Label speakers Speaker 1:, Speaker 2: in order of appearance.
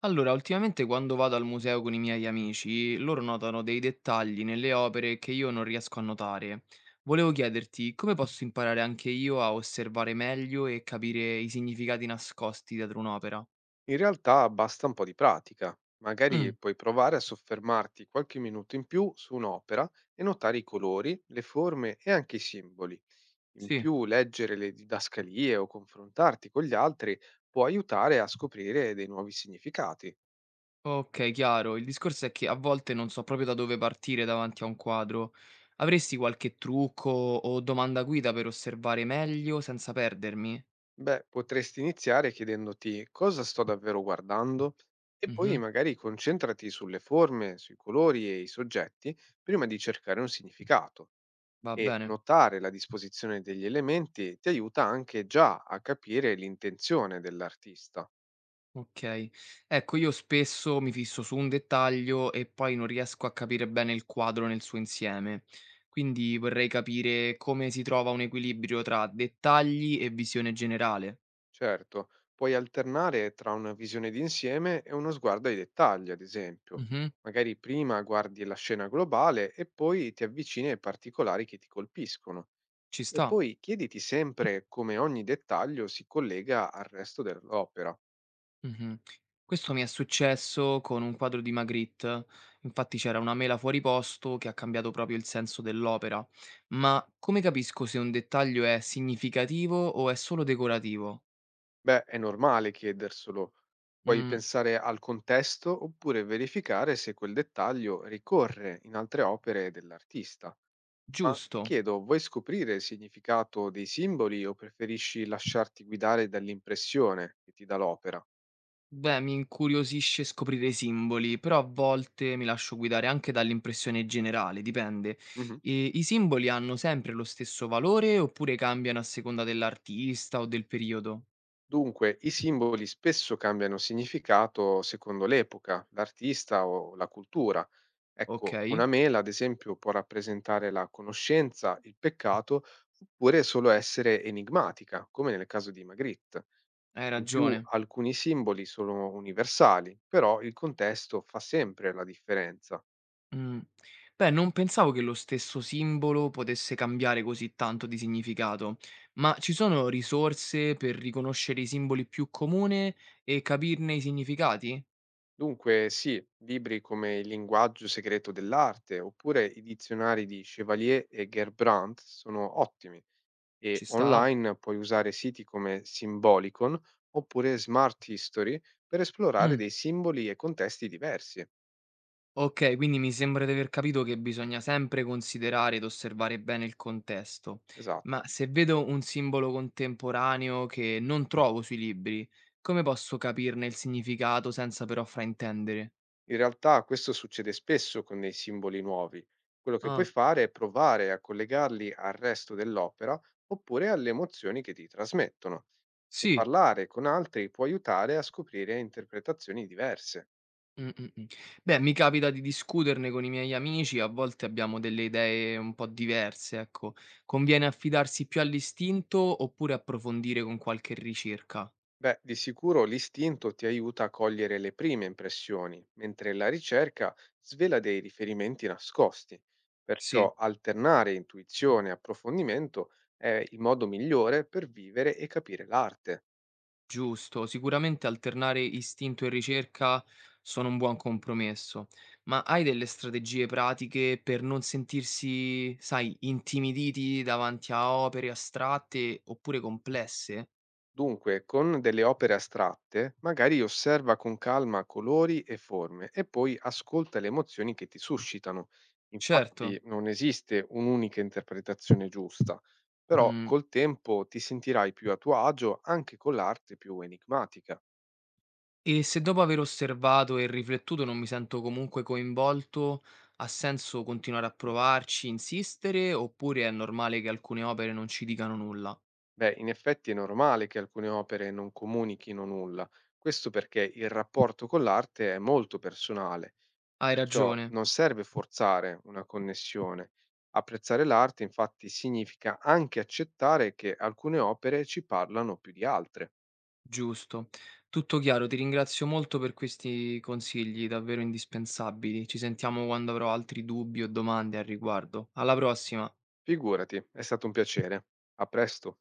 Speaker 1: Allora, ultimamente quando vado al museo con i miei amici, loro notano dei dettagli nelle opere che io non riesco a notare. Volevo chiederti come posso imparare anche io a osservare meglio e capire i significati nascosti dietro un'opera.
Speaker 2: In realtà basta un po' di pratica. Magari
Speaker 1: Mm,
Speaker 2: puoi provare a soffermarti qualche minuto in più su un'opera e notare i colori, le forme e anche i simboli. In
Speaker 1: sì,
Speaker 2: più, leggere le didascalie o confrontarti con gli altri può aiutare a scoprire dei nuovi significati.
Speaker 1: ok, chiaro. Il discorso è che a volte non so proprio da dove partire davanti a un quadro. Avresti qualche trucco o domanda guida per osservare meglio senza perdermi?
Speaker 2: Beh, potresti iniziare chiedendoti cosa sto davvero guardando e poi
Speaker 1: Mhm,
Speaker 2: magari concentrati sulle forme, sui colori e i soggetti prima di cercare un significato.
Speaker 1: va
Speaker 2: E
Speaker 1: bene.
Speaker 2: notare la disposizione degli elementi ti aiuta anche già a capire l'intenzione dell'artista.
Speaker 1: Okay. Ecco, io spesso mi fisso su un dettaglio e poi non riesco a capire bene il quadro nel suo insieme. Quindi vorrei capire come si trova un equilibrio tra dettagli e visione generale.
Speaker 2: Certo, puoi alternare tra una visione d'insieme e uno sguardo ai dettagli, ad esempio.
Speaker 1: Mh-mh,
Speaker 2: Magari prima guardi la scena globale e poi ti avvicini ai particolari che ti colpiscono.
Speaker 1: ci
Speaker 2: E
Speaker 1: sta.
Speaker 2: poi chiediti sempre come ogni dettaglio si collega al resto dell'opera.
Speaker 1: Mh-mh. Questo mi è successo con un quadro di Magritte, infatti c'era una mela fuori posto che ha cambiato proprio il senso dell'opera. Ma come capisco se un dettaglio è significativo o è solo decorativo?
Speaker 2: Beh, è normale chiederselo. Puoi
Speaker 1: Mh,
Speaker 2: pensare al contesto oppure verificare se quel dettaglio ricorre in altre opere dell'artista. Ma ti
Speaker 1: giusto.
Speaker 2: chiedo, vuoi scoprire il significato dei simboli o preferisci lasciarti guidare dall'impressione che ti dà l'opera?
Speaker 1: Beh, mi incuriosisce scoprire i simboli, però a volte mi lascio guidare anche dall'impressione generale, dipende.
Speaker 2: Mhm.
Speaker 1: E i simboli hanno sempre lo stesso valore oppure cambiano a seconda dell'artista o del periodo?
Speaker 2: Dunque, i simboli spesso cambiano significato secondo l'epoca, l'artista o la cultura.
Speaker 1: Ok,
Speaker 2: Ecco, una mela, ad esempio, può rappresentare la conoscenza, il peccato, oppure solo essere enigmatica, come nel caso di Magritte.
Speaker 1: hai
Speaker 2: In più,
Speaker 1: ragione.
Speaker 2: alcuni simboli sono universali, però il contesto fa sempre la differenza.
Speaker 1: Mm. Beh, non pensavo che lo stesso simbolo potesse cambiare così tanto di significato, ma ci sono risorse per riconoscere i simboli più comuni e capirne i significati?
Speaker 2: Dunque, sì, libri come Il linguaggio segreto dell'arte, oppure i dizionari di Chevalier e Gerbrand sono ottimi. E
Speaker 1: Ci sta?
Speaker 2: online puoi usare siti come Symbolicon oppure Smart History per esplorare
Speaker 1: Mm.
Speaker 2: dei simboli e contesti diversi.
Speaker 1: Okay, quindi mi sembra di aver capito che bisogna sempre considerare ed osservare bene il contesto. Ma
Speaker 2: Esatto.
Speaker 1: se vedo un simbolo contemporaneo che non trovo sui libri, come posso capirne il significato senza però fraintendere?
Speaker 2: In realtà questo succede spesso con dei simboli nuovi. Quello che puoi
Speaker 1: Ah,
Speaker 2: fare è provare a collegarli al resto dell'opera oppure alle emozioni che ti trasmettono. E
Speaker 1: sì.
Speaker 2: parlare con altri può aiutare a scoprire interpretazioni diverse.
Speaker 1: Mh, mh, mh. Beh, mi capita di discuterne con i miei amici, a volte abbiamo delle idee un po' diverse, ecco. Conviene affidarsi più all'istinto oppure approfondire con qualche ricerca?
Speaker 2: Beh, di sicuro l'istinto ti aiuta a cogliere le prime impressioni, mentre la ricerca svela dei riferimenti nascosti.
Speaker 1: Sì.
Speaker 2: Perciò alternare intuizione e approfondimento è il modo migliore per vivere e capire l'arte.
Speaker 1: Giusto, sicuramente alternare istinto e ricerca sono un buon compromesso, ma hai delle strategie pratiche per non sentirsi, sai, intimiditi davanti a opere astratte oppure complesse?
Speaker 2: Dunque, con delle opere astratte, magari osserva con calma colori e forme e poi ascolta le emozioni che ti suscitano.
Speaker 1: Certo.
Speaker 2: Infatti non esiste un'unica interpretazione giusta, però
Speaker 1: Mm.
Speaker 2: col tempo ti sentirai più a tuo agio anche con l'arte più enigmatica.
Speaker 1: E se dopo aver osservato e riflettuto non mi sento comunque coinvolto, ha senso continuare a provarci, insistere, oppure è normale che alcune opere non ci dicano nulla?
Speaker 2: Beh, in effetti è normale che alcune opere non comunichino nulla, questo perché il rapporto con l'arte è molto personale.
Speaker 1: Hai
Speaker 2: Perciò
Speaker 1: ragione.
Speaker 2: non serve forzare una connessione. Apprezzare l'arte infatti significa anche accettare che alcune opere ci parlano più di altre.
Speaker 1: Giusto. Tutto chiaro, ti ringrazio molto per questi consigli davvero indispensabili. Ci sentiamo quando avrò altri dubbi o domande al riguardo. Alla prossima!
Speaker 2: Figurati, è stato un piacere. A presto.